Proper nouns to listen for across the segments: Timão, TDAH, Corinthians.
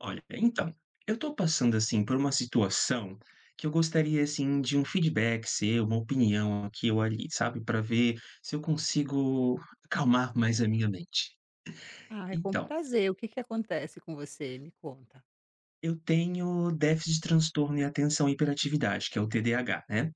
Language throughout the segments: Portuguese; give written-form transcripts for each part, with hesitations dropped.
Olha, então, eu estou passando assim por uma situação que eu gostaria assim de um feedback seu, uma opinião aqui ou ali, sabe, para ver se eu consigo acalmar mais a minha mente. Ah, é com Então, prazer. O que que acontece com você? Me conta. eu tenho déficit de transtorno e atenção e hiperatividade, que é o TDAH, né?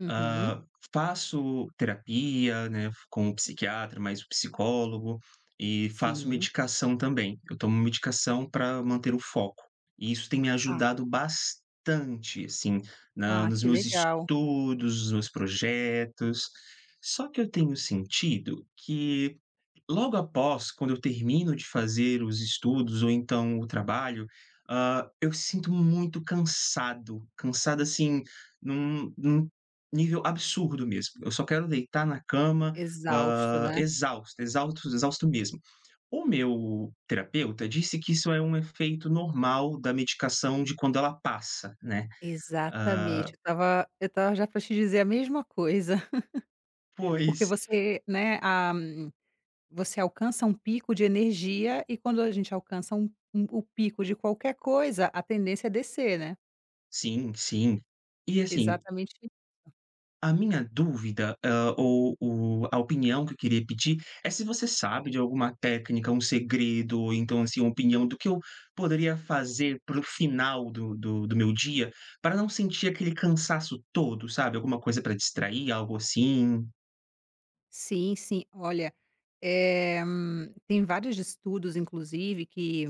Uhum, Ah, Faço terapia, né, com o psiquiatra, mais o psicólogo, e faço sim. medicação também. Eu tomo medicação para manter o foco. E isso tem me Ah, ajudado bastante, assim, na ah, nos que meus legal. estudos, nos meus projetos. Só que eu tenho sentido que logo após, quando eu termino de fazer os estudos ou então o trabalho, eu sinto muito cansado, cansado, assim, num nível absurdo mesmo. Eu só quero deitar na cama, Exausto, né. exausto, exausto, exausto mesmo. O meu terapeuta disse que isso é um efeito normal da medicação de quando ela passa, né. Hã, Exatamente, eu estava já para te dizer a mesma coisa, porque pois você, né, você alcança um pico de energia e quando a gente alcança o pico de qualquer coisa, a tendência é descer, né. sim, sim. E assim, Exatamente. a minha dúvida, ou o a opinião que eu queria pedir é se você sabe de alguma técnica, um segredo, ou então, assim, uma opinião do que eu poderia fazer para o final do meu dia, para não sentir aquele cansaço todo, sabe, alguma coisa para distrair, algo assim. Sim, sim. Olha, eh, tem vários estudos inclusive que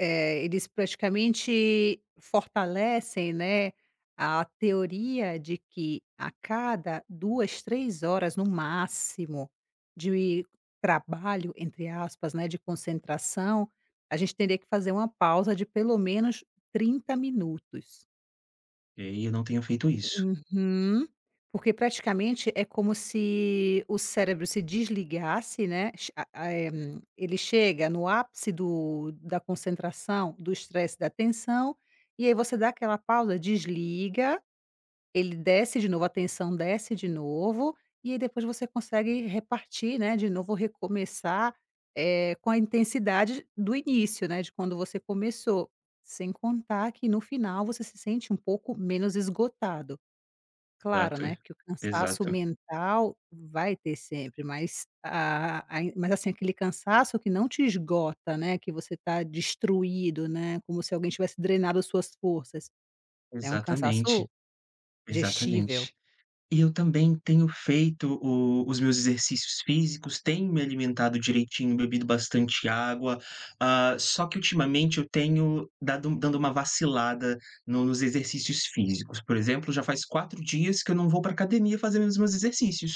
Eles praticamente fortalecem, né, a teoria de que a cada 2 3 horas no máximo de trabalho, entre aspas, né, de concentração, a gente teria que fazer uma pausa de pelo menos 30 minutos. E aí eu não tenho feito isso. Uhum. Porque praticamente é como se o cérebro se desligasse, né, che a eh, ele chega no ápice do da concentração, do estresse, da tensão, e aí você dá aquela pausa, desliga, ele desce de novo, a tensão desce de novo, e aí depois você consegue repartir, né, de novo recomeçar, com a intensidade do início, né, de quando você começou. Sem contar que no final você se sente um pouco menos esgotado. Claro, Exato. né, que o cansaço Exato. mental vai ter sempre, mas a mas, assim, aquele cansaço que não te esgota, né, que você tá destruído, né, como se alguém tivesse drenado as suas forças. É um Exatamente, cansaço gestível. exatamente. E eu também tenho feito o os meus exercícios físicos, tenho me alimentado direitinho, bebido bastante água, só que ultimamente eu tenho dado dando uma vacilada no nos exercícios físicos. Por exemplo, já faz 4 dias que eu não vou para academia fazer os meus exercícios.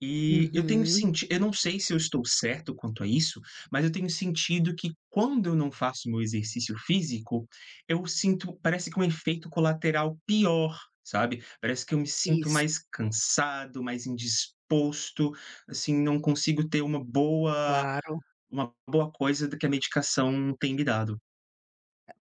E eu tenho Uhum. sentido eu não sei se eu estou certo quanto a isso, mas eu tenho sentido que quando eu não faço meu exercício físico, eu sinto parece que um efeito colateral pior, sabe. Parece que eu me sinto Isso, mais cansado, mais indisposto, assim, não consigo ter claro. uma boa coisa do que a medicação tem me dado.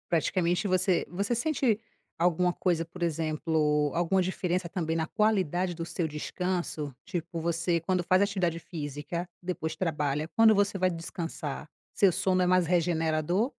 Praticamente você sente alguma coisa, por exemplo, alguma diferença também na qualidade do seu descanso? Tipo, você quando faz atividade física, depois trabalha, quando você vai descansar, seu sono é mais regenerador?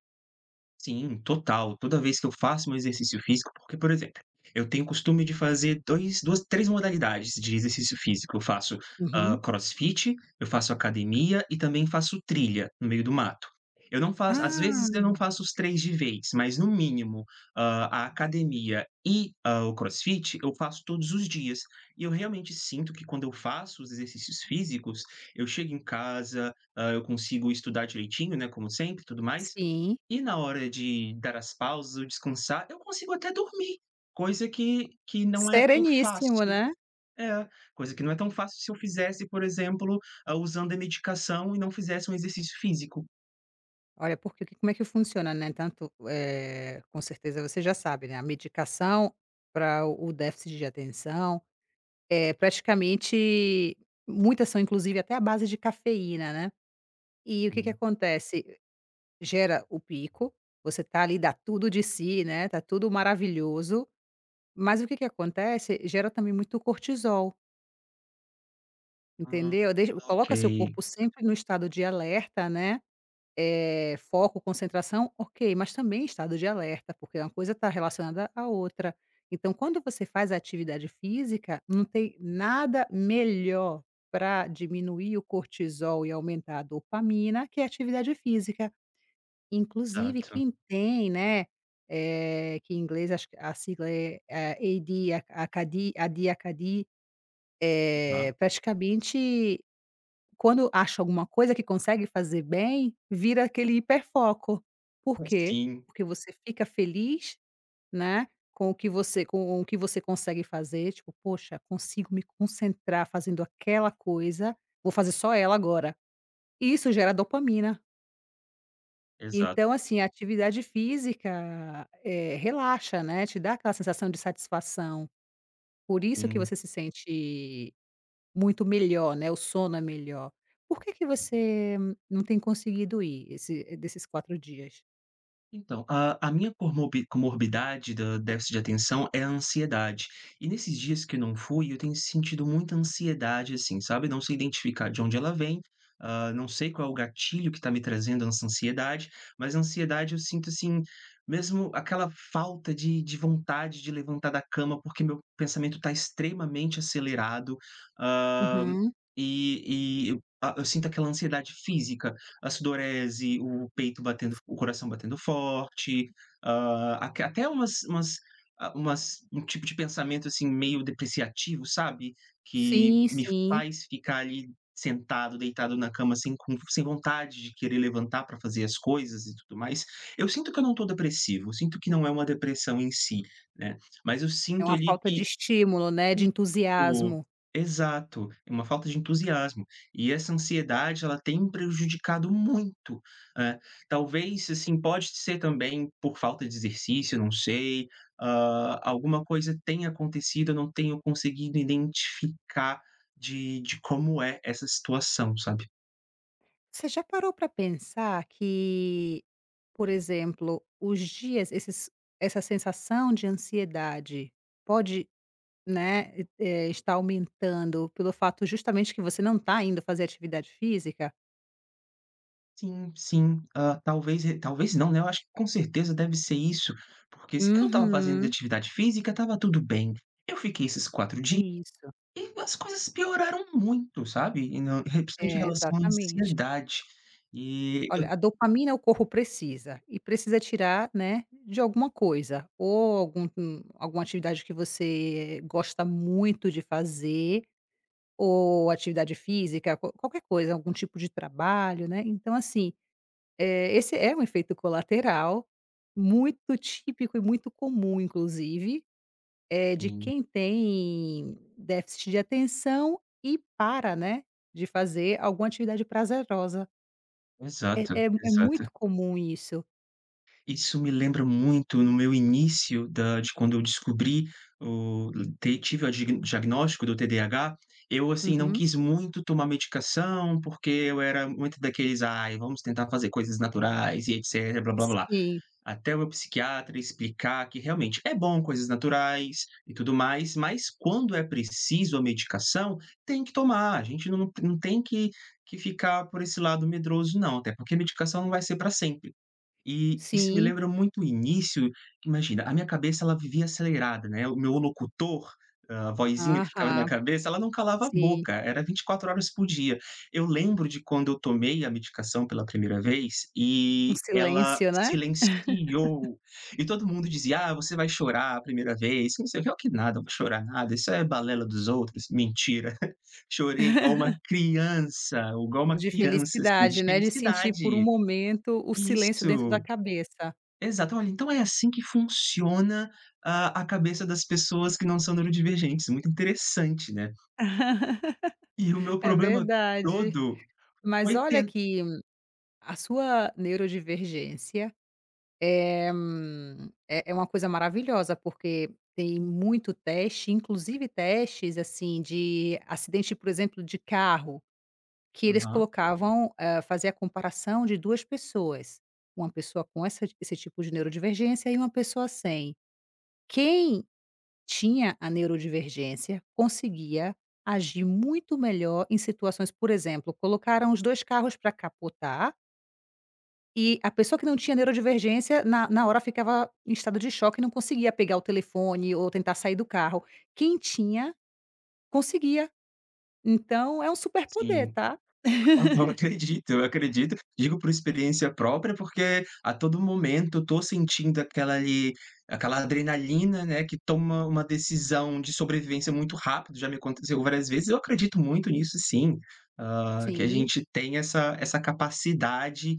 Sim, total. Toda vez que eu faço meu exercício físico porque, por exemplo, eu tenho o costume de fazer 2 duas 3 modalidades de exercício físico. Eu faço, Uhum. crossfit, eu faço academia e também faço trilha no meio do mato. Eu não faço às Ah, vezes eu não faço os 3 de vez, mas no mínimo, a academia e, o crossfit eu faço todos os dias. E eu realmente sinto que quando eu faço os exercícios físicos, eu chego em casa, eu consigo estudar direitinho, né, como sempre tudo mais, sim. e na hora de dar as pausas ou descansar, eu consigo até dormir, coisa que não é tão Sereníssimo, fácil né. é, coisa que não é tão fácil se eu fizesse, por exemplo, usando a medicação e não fizesse um exercício físico. Olha, porque que como é que funciona, né, tanto, com certeza você já sabe, né, a medicação para o déficit de atenção, é praticamente muitas são inclusive até a base de cafeína, né. E o que que Sim. acontece? Gera o pico, você tá ali, dá tudo de si, né, tá tudo maravilhoso, mas o que que acontece? Gera também muito cortisol, Ah, entendeu? Deixa ok, coloca seu corpo sempre no estado de alerta, né, foco, concentração, ok, mas também estado de alerta, porque uma coisa está relacionada à outra. Então quando você faz a atividade física, não tem nada melhor para diminuir o cortisol e aumentar a dopamina, que a atividade física. Inclusive exato. quem tem, né, que em inglês acho que a sigla é, eh, AD a- ACAD AD ACAD, Aham. praticamente quando acha alguma coisa que consegue fazer bem, vira aquele hiperfoco. Por quê? Sim, Porque você fica feliz, né, com o que você consegue fazer, tipo: "Poxa, consigo me concentrar fazendo aquela coisa, vou fazer só ela agora". Isso gera dopamina. exato, Então, assim, a atividade física, relaxa, né, te dá aquela sensação de satisfação. Por isso que sim. você se sente muito melhor, né, o sono é melhor. Por que que você não tem conseguido ir desses 4 dias? Então, a minha comorbidade do déficit de atenção é a ansiedade. E nesses dias que eu não fui, eu tenho sentido muita ansiedade, assim, sabe? Não sei identificar de onde ela vem, não sei qual é o gatilho que está me trazendo essa ansiedade, mas a ansiedade eu sinto, assim, mesmo aquela falta de vontade de levantar da cama, porque meu pensamento está extremamente acelerado, ah, Uhum. Eu sinto aquela ansiedade física, a sudorese, o peito batendo, o coração batendo forte, hã, aque até umas tipo de pensamento, assim, meio depreciativo, sabe, que Sim, me sim. faz ficar ali sentado, deitado na cama sem vontade de querer levantar para fazer as coisas e tudo mais. Eu sinto que eu não estou depressivo, eu sinto que não é uma depressão em si, né, mas eu É sinto uma ali falta de que estímulo, né, de o entusiasmo. exato, é uma falta de entusiasmo. E essa ansiedade, ela tem prejudicado muito, eh, talvez, assim, pode ser também por falta de exercício, não sei, alguma coisa tenha acontecido, eu não tenho conseguido identificar de como é essa situação, sabe. Você já parou para pensar que, por exemplo, os dias esses essa sensação de ansiedade pode, né, estar aumentando pelo fato justamente que você não está indo fazer atividade física? Sim, sim, talvez e talvez não, né, eu acho que com certeza deve ser isso, porque se eu estava fazendo Uhum, atividade física, estava tudo bem. Eu fiquei esses 4 é dias isso. e as coisas pioraram muito, sabe, e não e principalmente em É, relação à exatamente. ansiedade. E Olha, a dopamina o corpo precisa, e precisa tirar, né, de alguma coisa, ou alguma atividade que você gosta muito de fazer. Ou atividade física, qualquer coisa, algum tipo de trabalho, né. Então assim, esse é um efeito colateral muito típico e muito comum inclusive, é de assim quem tem déficit de atenção e para, né, de fazer alguma atividade prazerosa. É exato, é é exato. muito comum isso. Isso me lembra muito no meu início da de quando eu descobri o te tive o dig diagnóstico do TDAH, eu, assim, não Uhum. quis muito tomar medicação, porque eu era muito daqueles: "Ai, vamos tentar fazer coisas naturais e etc, blá-blá-blá". Sim, Até o meu psiquiatra explicar que realmente é bom coisas naturais e tudo mais, mas quando é preciso a medicação, tem que tomar. A gente não tem que ficar por esse lado medroso, não, até porque a medicação não vai ser para sempre. E isso me sim. lembra muito o início, imagina, a minha cabeça ela vivia acelerada, né, o meu locutor, a vozinha que ficava na Aham, cabeça, ela não calava a sim. boca, era 24 horas por dia. Eu lembro de quando eu tomei a medicação pela primeira vez Um e ela silêncio, né. silenciou, e todo mundo dizia: "Ah, você vai chorar a primeira vez", não sei o que, eu que nada, não vou chorar nada, isso é balela dos outros, mentira. Chorei igual uma De criança, assim, de felicidade, né, de sentir por um felicidade. momento o silêncio dentro da Isso. cabeça. Exato. Olha, então é assim que funciona a cabeça das pessoas que não são neurodivergentes, muito interessante, né. E o meu É problema verdade. todo Mas foi olha tentar, que a sua neurodivergência, eh, é uma coisa maravilhosa, porque tem muito teste, inclusive testes, assim, de acidente, por exemplo, de carro, que eles colocavam, hã, fazia a comparação de 2 pessoas, uma pessoa com essa esse tipo de neurodivergência e uma pessoa sem. Quem tinha a neurodivergência, conseguia agir muito melhor em situações por exemplo, colocaram os 2 carros para capotar e a pessoa que não tinha neurodivergência na hora ficava em estado de choque e não conseguia pegar o telefone ou tentar sair do carro. Quem tinha, conseguia. Então é um superpoder, sim. tá? Eu acredito, eu acredito. Digo por experiência própria, porque a todo momento eu tô sentindo aquela adrenalina, né, que toma uma decisão de sobrevivência muito rápido, já me aconteceu várias vezes. Eu acredito muito nisso sim, que a Sim. gente tem essa capacidade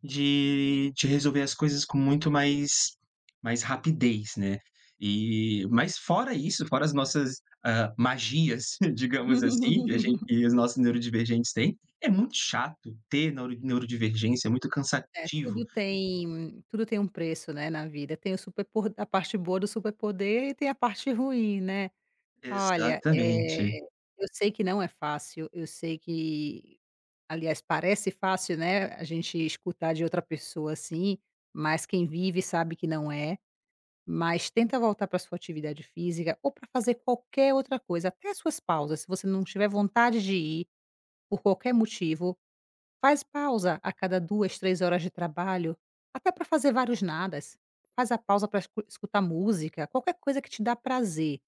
de resolver as coisas com muito mais mais rapidez, né. E mas fora isso, fora as nossas, magias, digamos assim, que a gente que os nossos neurodivergentes têm, é muito chato ter neurodivergência, é muito É, cansativo. tudo tem um preço, né, na vida. Tem o superpo a parte boa do superpoder e tem a parte ruim, né. Olha, Exatamente, eu sei que não é fácil, eu sei que aliás, parece fácil, né, a gente escutar de outra pessoa assim, mas quem vive sabe que não é. Mas tenta voltar para sua atividade física ou para fazer qualquer outra coisa, até suas pausas, se você não tiver vontade de ir, por qualquer motivo, faz pausa a cada 2, 3 horas de trabalho, até para fazer vários nadas. Faz a pausa para escutar música, qualquer coisa que te dá prazer.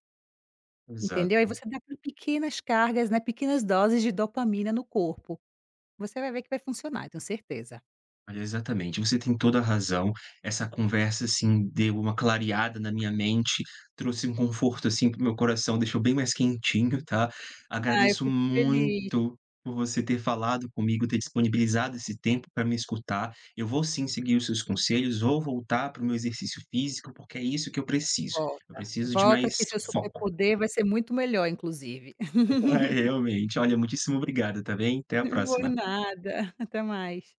Entendeu? Aí exato. você dá com pequenas cargas, né, pequenas doses de dopamina no corpo. Você vai ver que vai funcionar, eu tenho certeza. Olha, exatamente, você tem toda a razão. Essa conversa, assim, deu uma clareada na minha mente, trouxe um conforto, assim, para o meu coração, deixou bem mais quentinho, tá. Ah, eu Agradeço fico muito feliz. por você ter falado comigo, ter disponibilizado esse tempo para me escutar. Eu vou sim seguir os seus conselhos, vou voltar para o meu exercício físico, porque é isso que eu preciso. Eu Volta, preciso de volta mais que seu foco. superpoder vai ser muito melhor inclusive. É, realmente. Olha, muitíssimo obrigado, tá bem? Até a Não vou próxima. nada, até mais.